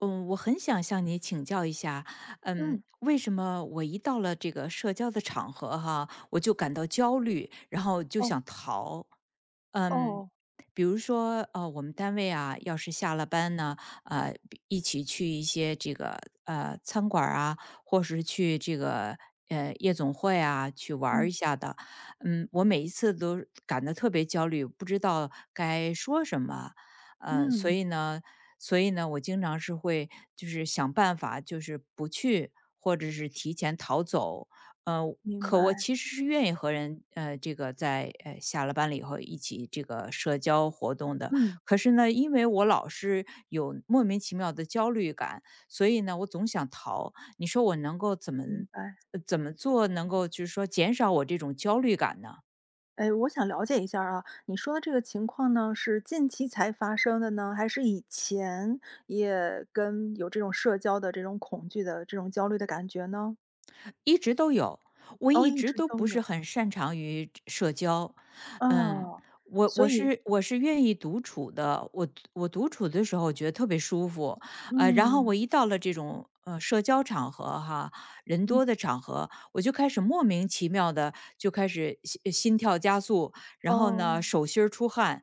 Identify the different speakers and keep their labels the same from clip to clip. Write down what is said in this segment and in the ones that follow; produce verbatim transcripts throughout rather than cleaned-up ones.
Speaker 1: 嗯，我很想向你请教一下，嗯，
Speaker 2: 嗯，
Speaker 1: 为什么我一到了这个社交的场合哈，我就感到焦虑，然后就
Speaker 2: 哦，
Speaker 1: 想逃？嗯，
Speaker 2: 哦，
Speaker 1: 比如说，呃，我们单位啊，要是下了班呢，呃，一起去一些这个呃餐馆儿啊，或是去这个呃夜总会啊去玩儿
Speaker 2: 嗯，
Speaker 1: 一下的，嗯，我每一次都感到特别焦虑，不知道该说什么。嗯，所
Speaker 2: 嗯，
Speaker 1: 以呢，所以呢，我经常是会就是想办法，就是不去或者是提前逃走。呃，
Speaker 2: 明白，
Speaker 1: 可我其实是愿意和人呃这个在呃下了班了以后一起这个社交活动的，
Speaker 2: 嗯，
Speaker 1: 可是呢，因为我老是有莫名其妙的焦虑感，所以呢，我总想逃。你说我能够怎么？
Speaker 2: 明白。
Speaker 1: 呃怎么做能够就是说减少我这种焦虑感呢？
Speaker 2: 哎，我想了解一下儿啊，你说的这个情况呢，是近期才发生的呢，还是以前也跟有这种社交的这种恐惧的这种焦虑的感觉呢？
Speaker 1: 一直都有，我
Speaker 2: 哦，
Speaker 1: 一
Speaker 2: 一
Speaker 1: 直
Speaker 2: 直
Speaker 1: 都
Speaker 2: 都
Speaker 1: 不是
Speaker 2: 有，
Speaker 1: 很擅长于社交。嗯，
Speaker 2: 哦，
Speaker 1: 我
Speaker 2: 所
Speaker 1: 我
Speaker 2: 以
Speaker 1: 是我是愿意独处的，我我独处的时候觉得特别舒服，呃，然后我
Speaker 2: 嗯，
Speaker 1: 一到了这种呃社交场合哈，人
Speaker 2: 嗯，
Speaker 1: 多的场合，我就开始莫名其妙的就开始心呃心跳加速，然后
Speaker 2: 哦，
Speaker 1: 呢手心儿出汗，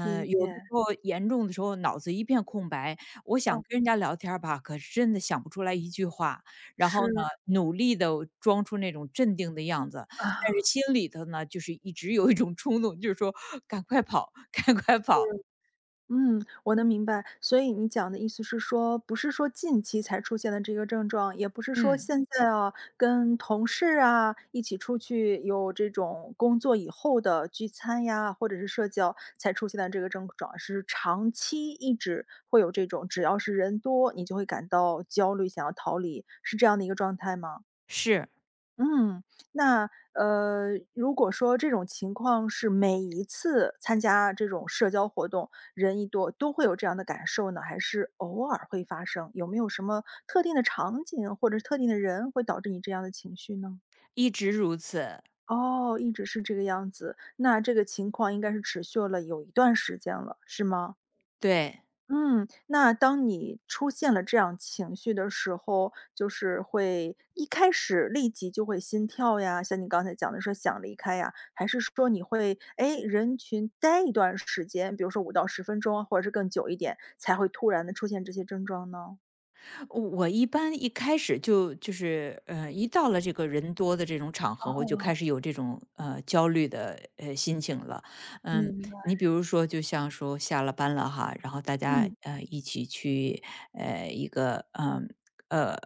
Speaker 2: 理
Speaker 1: 有的时
Speaker 2: 解，
Speaker 1: 候严重的时候脑子一片空白，我想
Speaker 2: 哦，
Speaker 1: 跟人家聊天儿吧，可是真的想不出来一句话，然后
Speaker 2: 是，
Speaker 1: 呢，努力的装出那种镇定的样子，但是
Speaker 2: 啊。
Speaker 1: 心里头呢，就是一直有一种冲动，就是说赶快跑，赶快跑。
Speaker 2: 嗯，我能明白。所以你讲的意思是说，不是说近期才出现的这个症状，也不是说
Speaker 1: 嗯，
Speaker 2: 现在啊，跟同事啊一起出去有这种工作以后的聚餐呀，或者是社交才出现的这个症状，是长期一直会有这种，只要是人多，你就会感到焦虑，想要逃离，是这样的一个状态吗？
Speaker 1: 是，
Speaker 2: 嗯，那呃，如果说这种情况是每一次参加这种社交活动，人一多都会有这样的感受呢，还是偶尔会发生？有没有什么特定的场景或者是特定的人会导致你这样的情绪呢？
Speaker 1: 一直如此，
Speaker 2: 哦，一直是这个样子，那这个情况应该是持续了有一段时间了，是吗？
Speaker 1: 对。
Speaker 2: 嗯，那当你出现了这样情绪的时候，就是会一开始立即就会心跳呀，像你刚才讲的说想离开呀，还是说你会，哎人群待一段时间，比如说五到十分钟啊或者是更久一点，才会突然的出现这些症状呢？
Speaker 1: 我我一般一开始就就是，呃，一到了这个人多的这种场合，我
Speaker 2: 哦，
Speaker 1: 就开始有这种呃焦虑的呃心情了。嗯，
Speaker 2: 明白。
Speaker 1: 你比如说，就像说下了班了哈，然后大家
Speaker 2: 嗯，
Speaker 1: 呃一起去呃一个嗯呃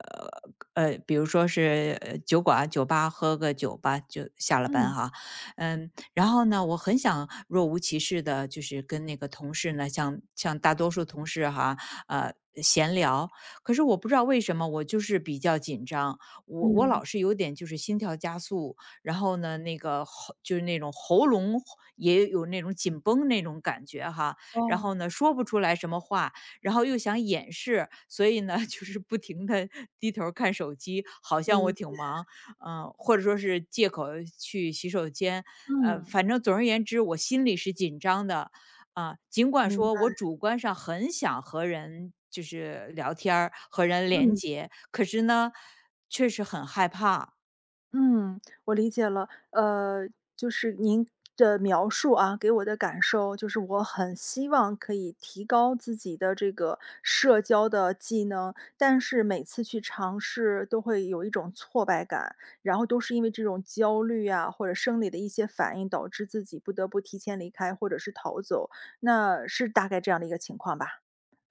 Speaker 1: 呃，比如说是呃酒馆、酒吧喝个酒吧，就下了班
Speaker 2: 嗯，
Speaker 1: 哈。嗯，然后呢，我很想若无其事的，就是跟那个同事呢，像像大多数同事哈，呃闲聊，可是我不知道为什么我就是比较紧张，我我
Speaker 2: 嗯，
Speaker 1: 老是有点就是心跳加速，然后呢，那个喉就是那种喉咙也有那种紧绷那种感觉哈，然
Speaker 2: 哦，
Speaker 1: 后呢说不出来什么话，然后又想掩饰，所以呢 就是不停的低头看手机，好像我
Speaker 2: 理
Speaker 1: 挺
Speaker 2: 解。
Speaker 1: 忙，嗯、或者说是借口去洗手间，呃，
Speaker 2: 嗯，
Speaker 1: 反正总而言之，我心里是紧张的，啊，尽管
Speaker 2: 明
Speaker 1: 说
Speaker 2: 白，
Speaker 1: 我主观上很想和人就是聊天儿，和人连
Speaker 2: 嗯。
Speaker 1: 接，可是呢，确实很害怕。
Speaker 2: 嗯，我理解了。呃，就是您的描述啊，给我的感受就是我很希望可以提高自己的这个社交的技能，但是每次去尝试都会有一种挫败感，然后都是因为这种焦虑啊，或者生理的一些反应，导致自己不得不提前离开或者是逃走，那是大概这样的一个情况吧？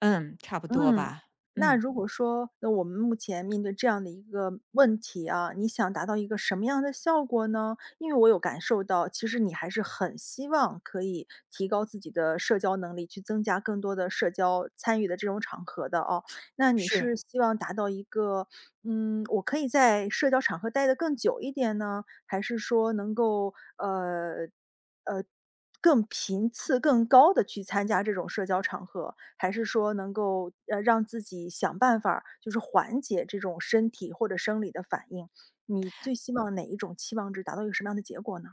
Speaker 1: 嗯，差不多
Speaker 2: 嗯，
Speaker 1: 吧。
Speaker 2: 那
Speaker 1: 嗯，
Speaker 2: 如果说，那我们目前面对这样的一个问题啊，你想达到一个什么样的效果呢？因为我有感受到，其实你还是很希望可以提高自己的社交能力，去增加更多的社交参与的这种场合的哦。那你
Speaker 1: 是。
Speaker 2: 是希望达到一个，嗯，我可以在社交场合待得更久一点呢？还是说能够呃呃更频次更高的去参加这种社交场合？还是说能够呃让自己想办法儿就是缓解这种身体或者生理的反应？你最希望哪一种期望值达到一个什么样的结果呢？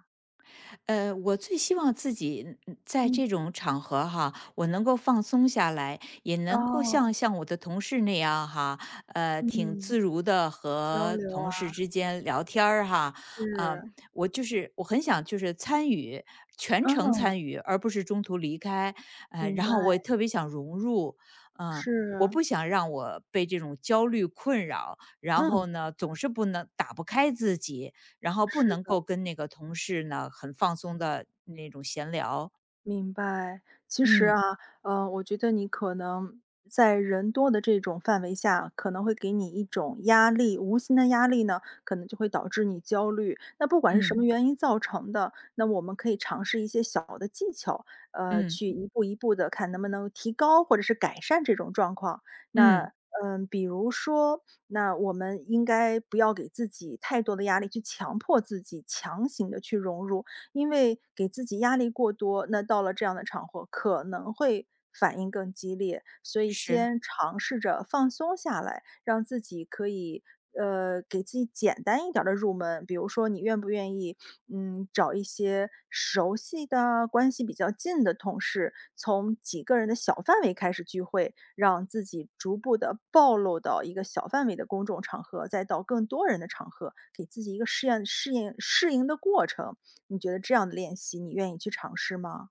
Speaker 1: 呃，我最希望自己嗯在
Speaker 2: 嗯，
Speaker 1: 这种场合哈，我能够放松下来，也能够
Speaker 2: 哦，
Speaker 1: 像像我的同事那样哈，呃，挺
Speaker 2: 嗯，
Speaker 1: 自如的
Speaker 2: 交
Speaker 1: 和
Speaker 2: 流啊，
Speaker 1: 同事之间聊天儿哈，啊、
Speaker 2: 是，
Speaker 1: 我就是我很想就是参与全程
Speaker 2: 嗯，
Speaker 1: 参与，而不是中途离开，呃，
Speaker 2: 明
Speaker 1: 然
Speaker 2: 白，
Speaker 1: 后我也特别想融入，嗯、我
Speaker 2: 是，
Speaker 1: 不想让我被这种焦虑困扰，然
Speaker 2: 嗯，
Speaker 1: 后呢，总是不能打不开自己，然后不
Speaker 2: 是。
Speaker 1: 能够跟那个同事呢很放松的那种闲聊。
Speaker 2: 明白，其实
Speaker 1: 嗯，
Speaker 2: 啊，嗯呃，我觉得你可能在人多的这种范围下，可能会给你一种压力，无形的压力呢，可能就会导致你焦虑。那不管是什
Speaker 1: 嗯，
Speaker 2: 么嗯原因造成的，那我们可以尝试一些小的技巧，呃，
Speaker 1: 嗯，
Speaker 2: 去一步一步的看能不能提高或者是改善这种状况。
Speaker 1: 嗯，
Speaker 2: 那，嗯，比如说，那我们应该不要给自己太多的压力，去强迫自己强行的去融入，因为给自己压力过多，那到了这样的场合可能会反应更激烈，所以
Speaker 1: 是。
Speaker 2: 先尝试着放松下来，让自己可以。呃，给自己简单一点儿的入门，比如说你愿不愿意，嗯，找一些熟悉的、关系比较近的同事，从几个人的小范围开始聚会，让自己逐步的暴露到一个小范围的公众场合，再到更多人的场合，给自己一个试验、适应适应的过程。你觉得这样的练习，你愿意去尝试吗？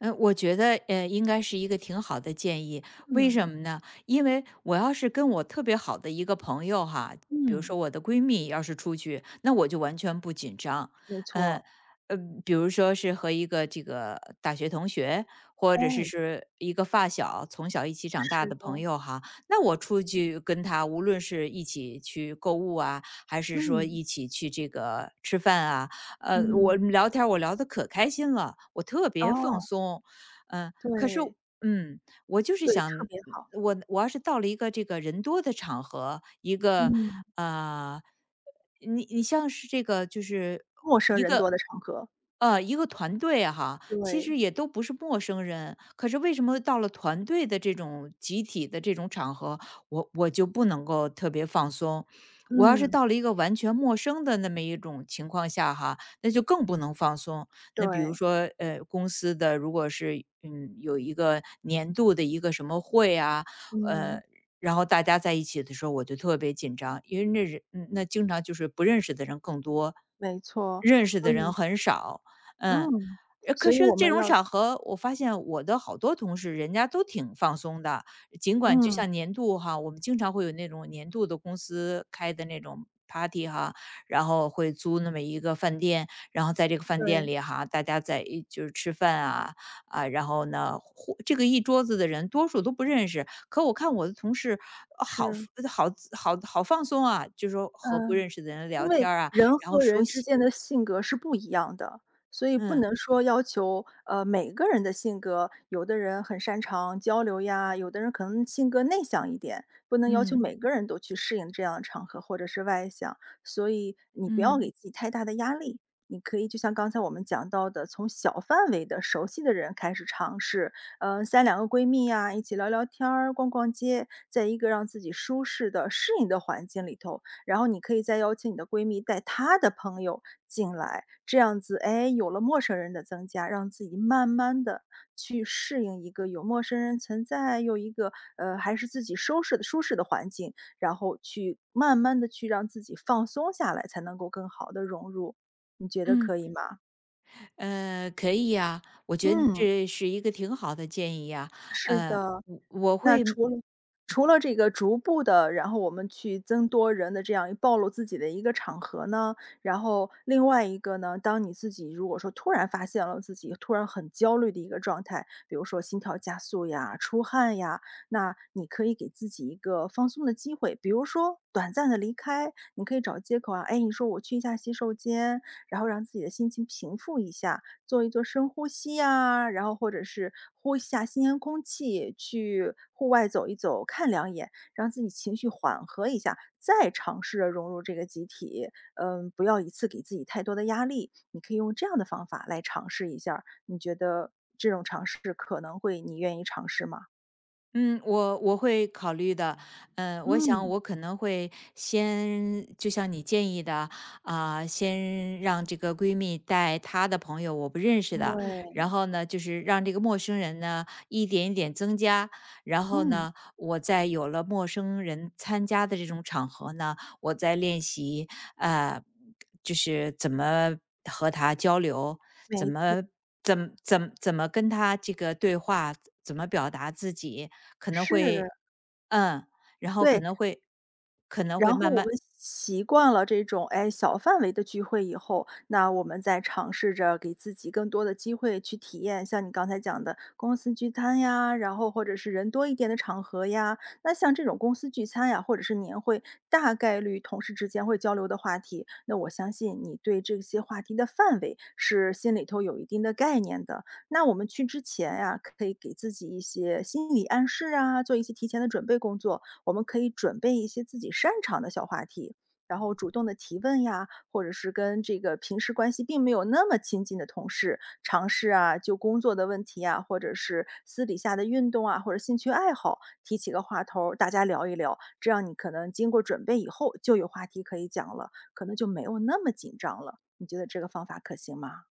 Speaker 1: 嗯，我觉得呃，应该是一个挺好的建议。为
Speaker 2: 嗯，
Speaker 1: 什么呢？因为我要是跟我特别好的一个朋友哈，比如
Speaker 2: 嗯。
Speaker 1: 说我的闺蜜，要是出去，那我就完全不紧张。
Speaker 2: 没
Speaker 1: 呃
Speaker 2: 错，
Speaker 1: 呃，比如说是和一个这个大学同学，或者是
Speaker 2: 哎，
Speaker 1: 是一个发小，从小一起长大
Speaker 2: 是
Speaker 1: 的
Speaker 2: 的，
Speaker 1: 朋友哈，那我出去跟他，无论是一起去购物啊，还是说
Speaker 2: 嗯。
Speaker 1: 一起去这个吃饭啊，呃，我
Speaker 2: 嗯。
Speaker 1: 们聊天儿我聊得可开心了，我特别放
Speaker 2: 哦，
Speaker 1: 松。嗯，可是
Speaker 2: 对，
Speaker 1: 嗯，我就是
Speaker 2: 对，
Speaker 1: 想，
Speaker 2: 特
Speaker 1: 嗯
Speaker 2: 别好。
Speaker 1: 我我要是到了一个这个人多的场合，一个
Speaker 2: 嗯。
Speaker 1: 呃，你你像是这个就是
Speaker 2: 陌生人多的场合，
Speaker 1: 呃，一个团队啊哈，其
Speaker 2: 对，
Speaker 1: 实也都不是陌生人，可是为什么到了团队的这种集体的这种场合，我我就不能够特别放松？我要是
Speaker 2: 嗯，
Speaker 1: 到了一个完全陌生的那么一种情况下哈，那就更不能放松。那比如
Speaker 2: 对，
Speaker 1: 说，呃，公司的如果是嗯有一个年度的一个什么会啊，呃，
Speaker 2: 嗯，
Speaker 1: 然后大家在一起的时候，我就特别紧张，因为那人嗯那经常就是不认识的人更多，
Speaker 2: 没错，
Speaker 1: 认识
Speaker 2: 所
Speaker 1: 的人
Speaker 2: 以
Speaker 1: 很少，嗯，
Speaker 2: 嗯。
Speaker 1: 呃可
Speaker 2: 所以
Speaker 1: 是
Speaker 2: 我
Speaker 1: 这
Speaker 2: 们
Speaker 1: 种
Speaker 2: 要
Speaker 1: 场合，我发现我的好多同事，人家都挺放松的。尽管就
Speaker 2: 嗯。
Speaker 1: 像年度哈，我们经常会有那种年度的公司开的那种 party 哈，然后会租那么一个饭店，然后在这个饭店
Speaker 2: 对，
Speaker 1: 里哈，大家在一就是吃饭啊啊，然后呢，互这个一桌子的人多数都不认识。可我看我的同事呃好
Speaker 2: 是，
Speaker 1: 呃好好好放松啊，就说和不
Speaker 2: 嗯。
Speaker 1: 认识的人
Speaker 2: 因
Speaker 1: 聊天
Speaker 2: 为
Speaker 1: 儿啊，
Speaker 2: 人和
Speaker 1: 说
Speaker 2: 人之
Speaker 1: 戏。
Speaker 2: 间的性格是不一样的，所以不
Speaker 1: 嗯，
Speaker 2: 能说要求，呃，每个人的性格，有的人很擅长交流呀，有的人可能性格内向一点，不能要求
Speaker 1: 嗯，
Speaker 2: 每个人都去适应这样的场合或者是外向。所以你不要
Speaker 1: 嗯，
Speaker 2: 给自己太大的压力，你可以就像刚才我们讲到的，从小范围的熟悉的人开始尝试，嗯呃，三两个闺蜜呀，一起聊聊天儿、逛逛街，在一个让自己舒适的、适应的环境里头，然后你可以再邀请你的闺蜜带她的朋友进来，这样子，哎，有了陌生人的增加，让自己慢慢的去适应一个有陌生人存在，又一个，呃，还是自己收拾的舒适的环境，然后去慢慢的去让自己放松下来，才能够更好的融入，你觉得
Speaker 1: 嗯。
Speaker 2: 可以吗？
Speaker 1: 呃，可以呀，我觉得
Speaker 2: 嗯，
Speaker 1: 这是一个挺好的建议呀。
Speaker 2: 是
Speaker 1: 呃，
Speaker 2: 的。
Speaker 1: 我我
Speaker 2: 那
Speaker 1: 会
Speaker 2: 除了除了这个逐步的，然后我们去增多人的这样暴露自己的一个场合呢，然后另外一个呢，当你自己如果说突然发现了自己突然很焦虑的一个状态，比如说心跳加速呀、出汗呀，那你可以给自己一个放松的机会，比如说短暂的离开，你可以找借口啊，哎，你说我去一下洗手间，然后让自己的心情平复一下。做一做深呼吸呀，然后或者是呼一下新鲜空气，去户外走一走，看两眼，让自己情绪缓和一下，再尝试着融入这个集体。嗯，不要一次给自己太多的压力，你可以用这样的方法来尝试一下儿你觉得这种尝试可能会你愿意尝试吗？
Speaker 1: 嗯，我我会考虑的。嗯，我想
Speaker 2: 嗯，
Speaker 1: 我可能会先就像你建议的，啊、先让这个闺蜜带她的朋友，我不认识的，
Speaker 2: 对，
Speaker 1: 然后呢，就是让这个陌生人呢一点一点增加，然后
Speaker 2: 嗯，
Speaker 1: 呢，我在有了陌生人参加的这种场合呢，我在练习，呃，就是怎么和他交流，怎
Speaker 2: 没
Speaker 1: 么怎么怎么怎么跟他这个对话，怎么表达自己，可能
Speaker 2: 事，
Speaker 1: 会嗯，然后可
Speaker 2: 对。
Speaker 1: 能会可能
Speaker 2: 然
Speaker 1: 会
Speaker 2: 后
Speaker 1: 慢
Speaker 2: 我
Speaker 1: 慢
Speaker 2: 们习惯了这种，哎，小范围的聚会以后，那我们再尝试着给自己更多的机会去体验，像你刚才讲的公司聚餐呀，然后或者是人多一点的场合呀。那像这种公司聚餐呀，或者是年会，大概率同事之间会交流的话题，那我相信你对这些话题的范围是心里头有一定的概念的。那我们去之前呀，可以给自己一些心理暗示啊，做一些提前的准备工作。我们可以准备一些自己擅长的小话题，然后主动的提问呀，或者是跟这个平时关系并没有那么亲近的同事尝试啊，就工作的问题啊，或者是私底下的运动啊，或者兴趣爱好，提起个话头儿，大家聊一聊。这样你可能经过准备以后就有话题可以讲了，可能就没有那么紧张了。你觉得这个方法可行吗？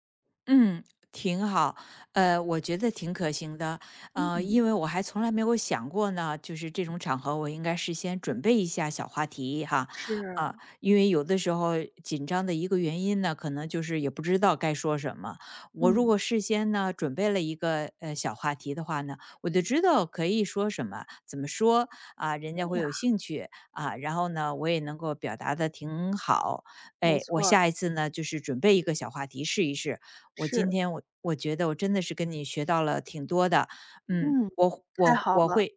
Speaker 1: 嗯，挺好，呃，我觉得挺可行的，呃，
Speaker 2: 嗯，
Speaker 1: 因为我还从来没有想过呢，就是这种场合，我应该事先准备一下小话题哈，
Speaker 2: 是，
Speaker 1: 啊，因为有的时候紧张的一个原因呢，可能就是也不知道该说什么。我如
Speaker 2: 嗯。
Speaker 1: 果事先呢准备了一个呃小话题的话呢，我就知道可以说什么，怎么说啊，人
Speaker 2: 对
Speaker 1: 家会
Speaker 2: 呀，
Speaker 1: 有兴趣啊，然后呢，我也能够表达的挺好，
Speaker 2: 没
Speaker 1: 哎，我
Speaker 2: 错儿
Speaker 1: 下一次呢就是准备一个小话题试一试。我今
Speaker 2: 是，
Speaker 1: 天我我觉得我真的是跟你学到了挺多的，嗯，
Speaker 2: 嗯，
Speaker 1: 我
Speaker 2: 太
Speaker 1: 我
Speaker 2: 好
Speaker 1: 我
Speaker 2: 了，
Speaker 1: 会，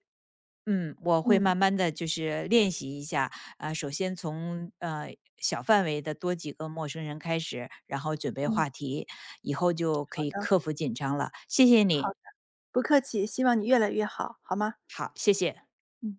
Speaker 1: 嗯，我会
Speaker 2: 嗯，
Speaker 1: 慢慢的就是练习一下，啊、首先从呃小范围的多几个陌生人开始，然后准备
Speaker 2: 嗯，
Speaker 1: 话题，以后就
Speaker 2: 好
Speaker 1: 可以
Speaker 2: 的，
Speaker 1: 克服紧张了。谢谢你，
Speaker 2: 好的，不客气，希望你越来越好，好吗？
Speaker 1: 好，谢谢。
Speaker 2: 嗯。